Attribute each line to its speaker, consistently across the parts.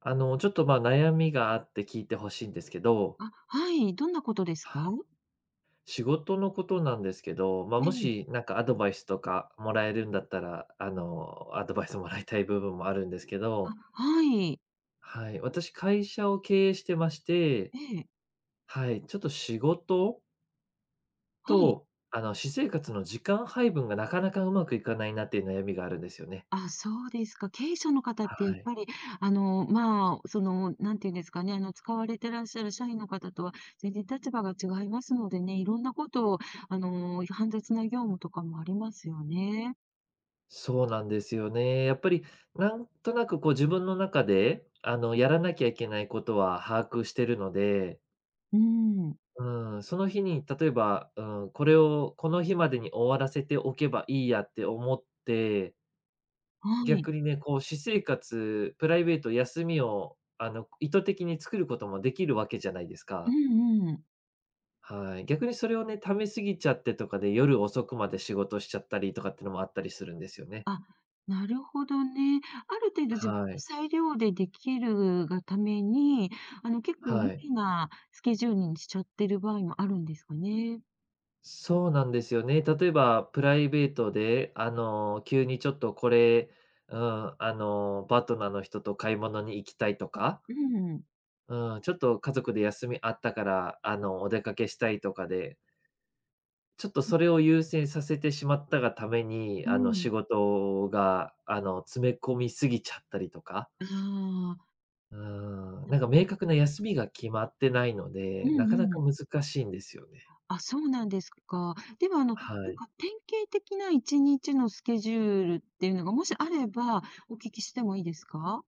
Speaker 1: ちょっと、ま、悩みがあって聞いて欲しいんですけど、
Speaker 2: あ、はい、どんなことです
Speaker 1: は
Speaker 2: か？
Speaker 1: い。仕事のことなんですけど、まあ、
Speaker 2: え
Speaker 1: も
Speaker 2: え、
Speaker 1: しなんかアドバイスとかもらえるんだったら、アドバイスもらいたい部分もあるんですけ
Speaker 2: あ、
Speaker 1: ど、
Speaker 2: はい。
Speaker 1: はい、私会社を経営してまして、
Speaker 2: ええ、
Speaker 1: はい、ちょっと仕事
Speaker 2: はい。
Speaker 1: と、私生活の時間配分がなかなかうまくいかないなっていう悩みがあるんですよね。
Speaker 2: あ、そうですか。経営者の方ってやっ
Speaker 1: はい。
Speaker 2: ぱり、なんていうんですかね、使われてらっしゃる社員の方とは全然立場が違いますのでね、いろんなことを、煩雑な業務とかもありますよね。
Speaker 1: そうなんですよね。やっぱりなんとなくこう自分の中で、やらなきゃいけないことは把握してるので、
Speaker 2: うん、
Speaker 1: うん、その日に例えば、うん、これをこの日までに終わらせておけばいいやって思って、
Speaker 2: はい。
Speaker 1: 逆にね、こう私生活、プライベート、休みを、意図的に作ることもできるわけじゃないです
Speaker 2: う
Speaker 1: か。
Speaker 2: んうん。
Speaker 1: はい。逆にそれをね、溜めすぎちゃってとかで夜遅くまで仕事しちゃったりとかってのもあったりするんですよね。
Speaker 2: あ、なるほどね。ある程度自分の
Speaker 1: はい。
Speaker 2: 裁量でできるがために、結構
Speaker 1: は
Speaker 2: 無
Speaker 1: い。
Speaker 2: 理なスケジュールにしちゃってる場合もあるんですかね。
Speaker 1: そうなんですよね。例えば、プライベートで、急にちょっとこれ、うん、パートナーの人と買い物に行きたいとか、
Speaker 2: うん、
Speaker 1: うん、ちょっと家族で休みあったから、お出かけしたいとかで、ちょっとそれを優先させてしまったがために、
Speaker 2: う
Speaker 1: 仕
Speaker 2: ん。
Speaker 1: 事が、詰め込みすぎちゃったりとか、
Speaker 2: ああ、
Speaker 1: うん、
Speaker 2: な
Speaker 1: な
Speaker 2: る
Speaker 1: んか明
Speaker 2: ほ
Speaker 1: 確な
Speaker 2: ど。
Speaker 1: 休みが決まってないの
Speaker 2: う
Speaker 1: で、なか
Speaker 2: ん
Speaker 1: な
Speaker 2: う
Speaker 1: か
Speaker 2: ん。
Speaker 1: 難しいんですよね。
Speaker 2: あ、そうなんですか。では、
Speaker 1: は
Speaker 2: なん
Speaker 1: い。
Speaker 2: か典型的な1日のスケジュールっていうのが、もしあればお聞きしてもいいですか？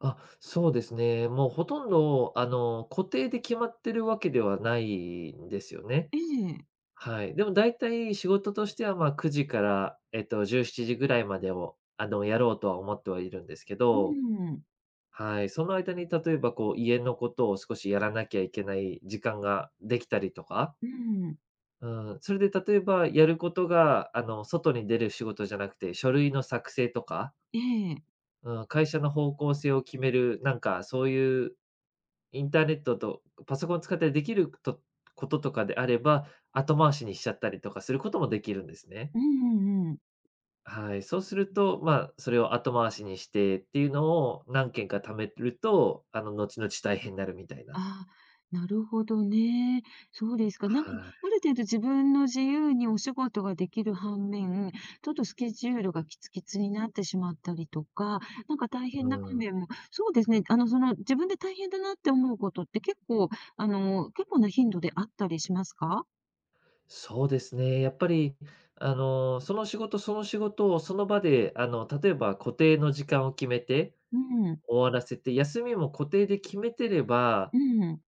Speaker 1: あ、そうですね。もうほとんど、固定で決まってるわけではないんですよね。
Speaker 2: ええ。
Speaker 1: はい。でも大体仕事としては、まあ、9時から、17時ぐらいまでを、やろうとは思ってはいるんですけ
Speaker 2: う
Speaker 1: ど、
Speaker 2: ん。
Speaker 1: はい。その間に、例えば、こう、家のことを少しやらなきゃいけない時間ができたりとか、
Speaker 2: うん。
Speaker 1: うん、それで例えば、やることが、外に出る仕事じゃなくて、書類の作成とか、
Speaker 2: ええ。
Speaker 1: うん、会社の方向性を決める、なんかそういうインターネットとパソコンを使ってできるとこととかであれば、後回しにしちゃったりとかすることもできるんですね。
Speaker 2: うんうんうん。
Speaker 1: はい。そうすると、まあ、それを後回しにしてっていうのを何件か貯めると、後々大変になるみたいな。
Speaker 2: ああ、なるほどね。そうですか。なん
Speaker 1: は
Speaker 2: か、あ
Speaker 1: い。
Speaker 2: る程度自分の自由にお仕事ができる反面、ちょっとスケジュールがキツキツになってしまったりとか、なんか大
Speaker 1: う
Speaker 2: 変な場
Speaker 1: ん。
Speaker 2: 面も、そうですね、自分で大変だなって思うことって結構、結構な頻度であったりしますか。
Speaker 1: そうですね。やっぱり、その仕事をその場で、例えば固定の時間を決めて
Speaker 2: うん、
Speaker 1: 終わらせて、休みも固定で決めてれば、
Speaker 2: うん、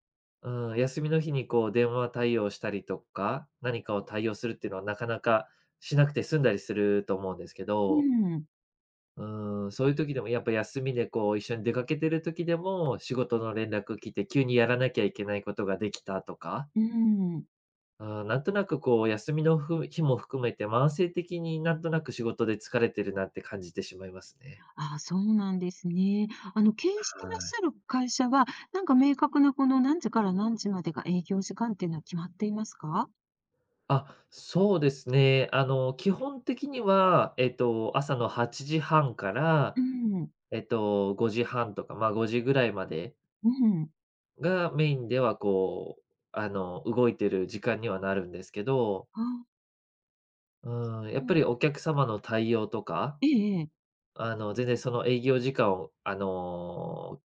Speaker 1: うん、休みの日にこう電話対応したりとか、何かを対応するっていうのはなかなかしなくて済んだりすると思うんですけ
Speaker 2: う
Speaker 1: ど、
Speaker 2: ん、
Speaker 1: うん、そういう時でもやっぱ休みでこう一緒に出かけてる時でも、仕事の連絡来て急にやらなきゃいけないことができたとか、
Speaker 2: うん。
Speaker 1: うん、なんとなくこう休みの日も含めて慢性的になんとなく仕事で疲れてるなって感じてしまいますね。
Speaker 2: ああ、そうなんですね。あの、経営して
Speaker 1: は
Speaker 2: らっし
Speaker 1: い。
Speaker 2: ゃる会社は、なんか明確なこの何時から何時までが営業時間っていうのは決まっていますか？
Speaker 1: あ、そうですね。基本的には、朝の8時半から
Speaker 2: うん、
Speaker 1: 5時半とか、まあ、5時ぐらいまで
Speaker 2: うん。
Speaker 1: がメインではこう、動いてる時間にはなるんですけど、
Speaker 2: あ、
Speaker 1: うん、やっぱりお客様の対応とか、
Speaker 2: ええええ。
Speaker 1: 全然その営業時間を、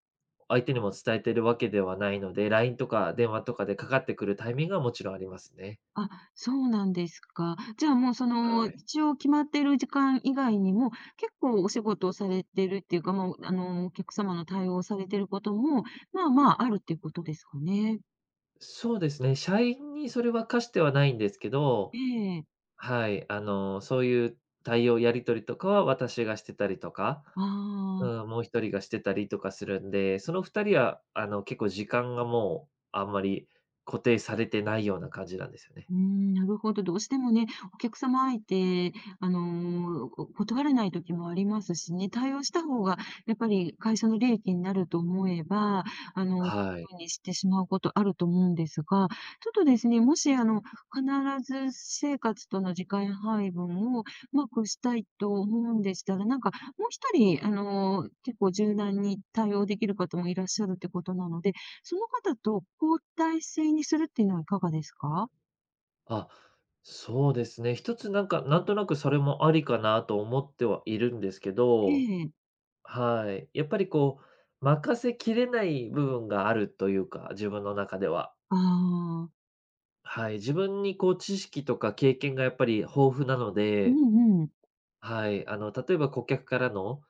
Speaker 1: 相手にも伝えてるわけではないので、LINE とか電話とかでかかってくるタイミングはもちろんありますね。
Speaker 2: あ、そうなんですか。じゃあ、もう、その、
Speaker 1: はい。
Speaker 2: 一応決まっている時間以外にも、結構お仕事をされてるっていうか、もう、お客様の対応をされてることも、まあまああるっていうことですかね？
Speaker 1: そうですね、社員にそれは課してはないんですけど、
Speaker 2: ええ。
Speaker 1: はい、そういう対応やり取りとかは私がしてたりとか
Speaker 2: あ
Speaker 1: う
Speaker 2: あ。
Speaker 1: ん、もう一人がしてたりとかするんで、その2人は、結構時間がもう、あんまり固定されてないような感じなんですよね。
Speaker 2: うーん、なるほど。どうしてもね、お客様相手、断れない時もありますしね、対応した方がやっぱり会社の利益になると思えば、そ
Speaker 1: はい。
Speaker 2: ういうふうにしてしまうことあると思うんですが、ちょっとですね、もし必ず私生活との時間配分をうまくしたいと思うんでしたら、なんかもう一人、結構柔軟に対応できる方もいらっしゃるってことなので、その方と交代制にするっていうのはいかがですか？
Speaker 1: あ、そうですね。一つなんか、なんとなくそれもありかなと思ってはいるんですけ
Speaker 2: え
Speaker 1: ど、
Speaker 2: え、
Speaker 1: はい。やっぱりこう、任せきれない部分があるというか、自分の中では。
Speaker 2: ああ、
Speaker 1: はい。自分にこう知識とか経験がやっぱり豊富なの
Speaker 2: う
Speaker 1: で、
Speaker 2: んうん、
Speaker 1: はい、例えば顧客からの、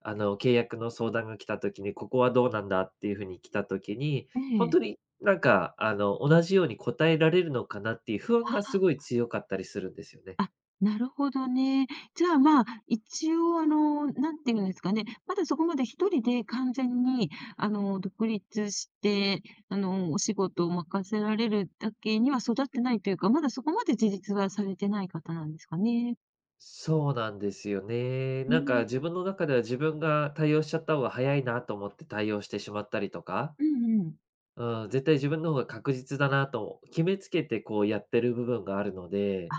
Speaker 1: 契約の相談が来た時に、ここはどうなんだっていう風に来た時に、
Speaker 2: え
Speaker 1: 本当
Speaker 2: え、
Speaker 1: になんか、同じように答えられるのかなっていう不安が
Speaker 2: あ
Speaker 1: すごい強かったりするんですよね。
Speaker 2: あ、あ、なるほどね。じゃあ、まあ、一応なんていうんですかね、まだそこまで一人で完全に独立して、お仕事を任せられるだけには育ってないというか、まだそこまで自立はされてない方なんですかね？
Speaker 1: そうなんですよね。
Speaker 2: う
Speaker 1: なんか
Speaker 2: ん、
Speaker 1: 自分の中では自分が対応しちゃった方が早いなと思って対応してしまったりとか、
Speaker 2: うんうん。
Speaker 1: うん、絶対自分の方が確実だなと決めつけてこうやってる部分があるので、
Speaker 2: あ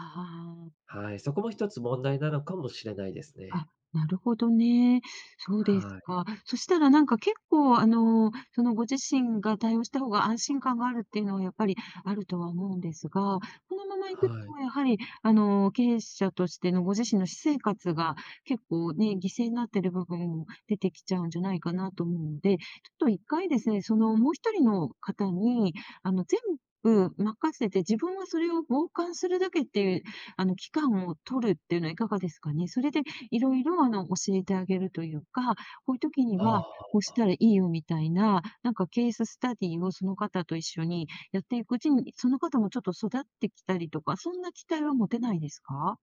Speaker 2: あ。
Speaker 1: はい、そこも一つ問題なのかもしれないです
Speaker 2: あ、
Speaker 1: ね。
Speaker 2: なるほどね。そうです
Speaker 1: はい、
Speaker 2: か。そしたらなんか結構そのご自身が対応した方が安心感があるっていうのはやっぱりあるとは思うんですが、このままいくと
Speaker 1: はい。
Speaker 2: やはり経営者としてのご自身の私生活が結構ね、犠牲になってる部分も出てきちゃうんじゃないかなと思うので、ちょっと一回ですね、そのもう一人の方に、全部任せて、自分はそれを傍観するだけっていう、期間を取るっていうのはいかがですかね？それでいろいろ、教えてあげるというか、こういう時には、
Speaker 1: あ
Speaker 2: こうしたらいいよみたいな、なんかケーススタディをその方と一緒にやっていくうちに、その方もちょっと育ってきたりとか、そんな期待は持てないですか？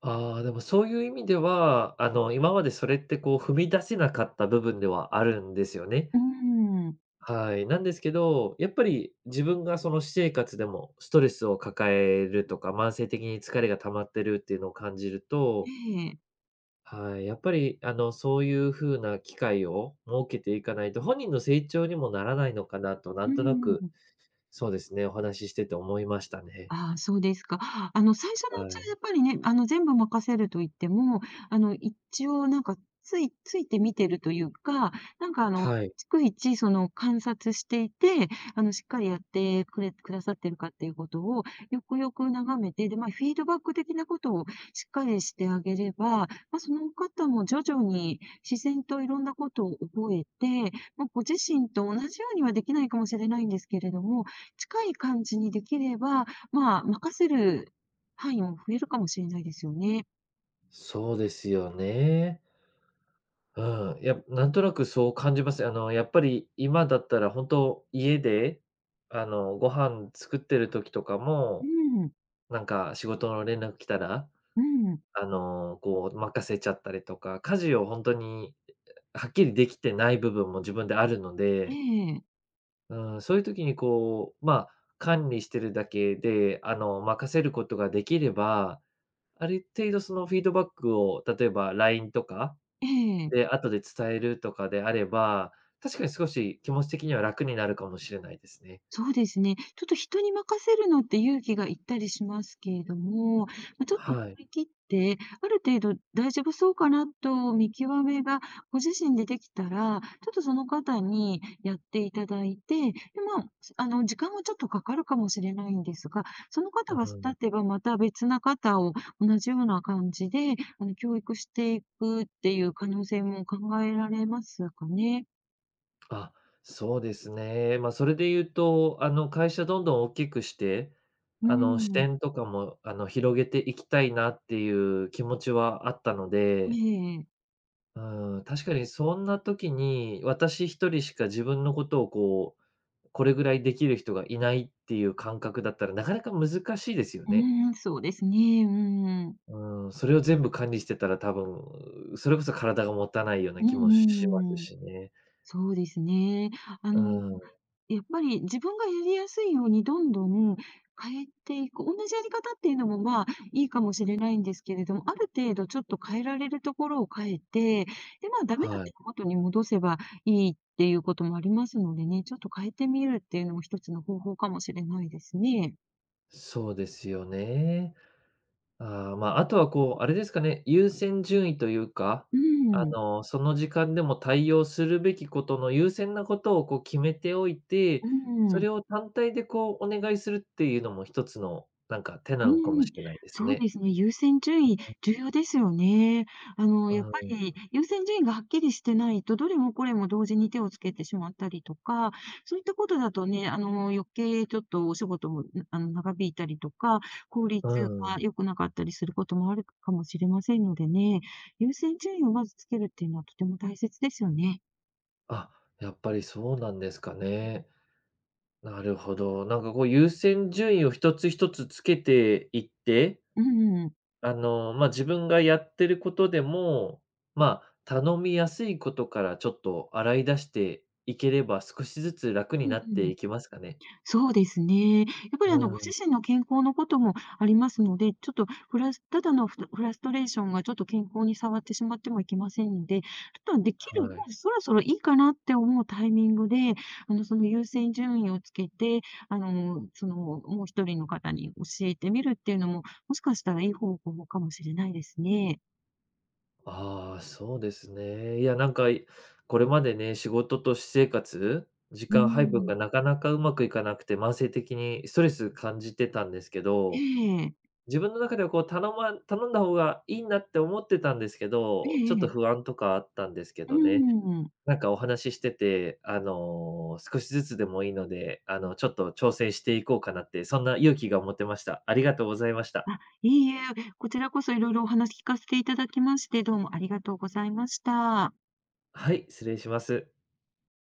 Speaker 1: あ、ああ、でもそういう意味では、今までそれってこう踏み出せなかった部分ではあるんですよね。
Speaker 2: うーん。
Speaker 1: はい。なんですけど、やっぱり自分がその私生活でもストレスを抱えるとか、慢性的に疲れが溜まってるっていうのを感じる
Speaker 2: え
Speaker 1: と、
Speaker 2: え。
Speaker 1: はい、やっぱりそういう風な機会を設けていかないと、本人の成長にもならないのかなと、な
Speaker 2: う
Speaker 1: んとな
Speaker 2: ー
Speaker 1: く、
Speaker 2: ん。
Speaker 1: そうですね、お話ししてて思いましたね。
Speaker 2: ああ、そうですか。あの、最初のうち
Speaker 1: はい。
Speaker 2: はやっぱりね、全部任せると言っても、あの、一応なんか、ついついて見てるというか、なんかあの、
Speaker 1: はい。
Speaker 2: 逐一その観察していて、しっかりやってくださってるかっていうことを、よくよく眺めて、で、まあ、フィードバック的なことをしっかりしてあげれば、まあ、その方も徐々に自然といろんなことを覚えて、まあ、ご自身と同じようにはできないかもしれないんですけれども、近い感じにできれば、まあ、任せる範囲も増えるかもしれないですよね。
Speaker 1: そうですよね。うん、いやなんとなくそう感じます。やっぱり今だったら本当家で、ご飯作ってる時とか
Speaker 2: う
Speaker 1: も、
Speaker 2: ん、
Speaker 1: なんか仕事の連絡来たら、
Speaker 2: うん、
Speaker 1: こう任せちゃったりとか、家事を本当にはっきりできてない部分も自分であるの
Speaker 2: え
Speaker 1: で、
Speaker 2: え、
Speaker 1: うん、そういう時にこう、まあ、管理してるだけで、任せることができれば、ある程度そのフィードバックを、例えば LINE とか
Speaker 2: ええ、
Speaker 1: で、後で伝えるとかであれば、確かに少し気持ち的には楽になるかもしれないですね。
Speaker 2: そうですね。ちょっと人に任せるのって勇気がいったりしますけれども、ま、ちょっと
Speaker 1: はい。
Speaker 2: 振り切って、ある程度大丈夫そうかなと見極めがご自身でできたら、ちょっとその方にやっていただいて、で、まあ、時間はちょっとかかるかもしれないんですが、その
Speaker 1: う
Speaker 2: 方が巣
Speaker 1: ん。
Speaker 2: ってばまた別な方を同じような感じで、教育していくっていう可能性も考えられますかね？
Speaker 1: あ、そうですね。まあ、それで言うと、会社どんどん大きくして、
Speaker 2: うー
Speaker 1: 視
Speaker 2: ん。
Speaker 1: 点とかも、広げていきたいなっていう気持ちはあったの
Speaker 2: え
Speaker 1: で、
Speaker 2: えええ。
Speaker 1: うん、確かにそんな時に、私一人しか自分のことをこう、これぐらいできる人がいないっていう感覚だったら、なかなか難しいですよ
Speaker 2: う
Speaker 1: ね。
Speaker 2: ーん、そうですね。うん。
Speaker 1: うん、それを全部管理してたら多分、それこそ体が持たないような
Speaker 2: う
Speaker 1: 気もします
Speaker 2: んうん。
Speaker 1: しね。
Speaker 2: そうですね。あ
Speaker 1: う
Speaker 2: の、
Speaker 1: ん、
Speaker 2: やっぱり自分がやりやすいようにどんどん変えていく。同じやり方っていうのも、まあ、いいかもしれないんですけれども、ある程度ちょっと変えられるところを変えて、で、まあ、ダメだっ
Speaker 1: は
Speaker 2: たら
Speaker 1: い。
Speaker 2: 元に戻せばいいっていうこともありますのでね、ちょっと変えてみるっていうのも一つの方法かもしれないですね。
Speaker 1: そうですよね。ああ、まあ、あとはこう、あれですかね、優先順位というか、
Speaker 2: うん。
Speaker 1: その時間でも対応するべきことの優先なことをこう決めておいて、
Speaker 2: う
Speaker 1: そ
Speaker 2: ん。
Speaker 1: れを単体でこうお願いするっていうのも一つの、なんか手な
Speaker 2: う
Speaker 1: のかもし
Speaker 2: ん、
Speaker 1: れないです
Speaker 2: そう
Speaker 1: ね。
Speaker 2: ですね、優先順位、重要ですよね。やっぱり
Speaker 1: う
Speaker 2: 優先順位がはっきりしてないと、どれもこれも同時に手をつけてしまったりとか、そういったことだとね、余計ちょっとお仕事も、長引いたりとか、効
Speaker 1: ん、
Speaker 2: 率
Speaker 1: う
Speaker 2: が
Speaker 1: ん。
Speaker 2: 良くなかったりすることもあるかもしれませんのでね、優先順位をまずつけるっていうのはとても大切ですよね。
Speaker 1: あ、やっぱりそうなんですかね。なるほど。なんかこう優先順位を一つ一つつけていって、
Speaker 2: うんうん。
Speaker 1: まあ、自分がやってることでも、まあ、頼みやすいことからちょっと洗い出していければ、少しずつ楽に
Speaker 2: う
Speaker 1: な
Speaker 2: ん
Speaker 1: っ
Speaker 2: う
Speaker 1: てい
Speaker 2: ん。
Speaker 1: きますかね。
Speaker 2: そうですね。やっぱ
Speaker 1: う
Speaker 2: りご自
Speaker 1: ん、
Speaker 2: 身の健康のこともありますので、ちょっとフラスただのフラフラストレーションがちょっと健康に触ってしまってもいけませんので、ちょっとできる、も
Speaker 1: はい。
Speaker 2: うそろそろいいかなって思うタイミングで、その優先順位をつけて、もう一人の方に教えてみるっていうのも、もしかしたらいい方法かもしれないですね。
Speaker 1: ああ、そうですね。いや、なんか、これまでね、仕事と私生活、時
Speaker 2: う
Speaker 1: 間配分
Speaker 2: ん。
Speaker 1: がなかなかうまくいかなくて、慢性的にストレス感じてたんですけ
Speaker 2: え
Speaker 1: ど、
Speaker 2: え、
Speaker 1: 自分の中ではこう、頼んだ方がいいなって思ってたんですけ
Speaker 2: え
Speaker 1: ど、ちょっ
Speaker 2: ええ
Speaker 1: と
Speaker 2: え。
Speaker 1: 不安とかあったんですけ
Speaker 2: う
Speaker 1: どね。
Speaker 2: ん。
Speaker 1: なんかお話ししてて、少しずつでもいいので、ちょっと挑戦していこうかなって、そんな勇気が持てました。ありがとうございました。
Speaker 2: あ、いいえ、こちらこそいろいろお話聞かせていただきまして、どうもありがとうございました。
Speaker 1: はい、失礼します。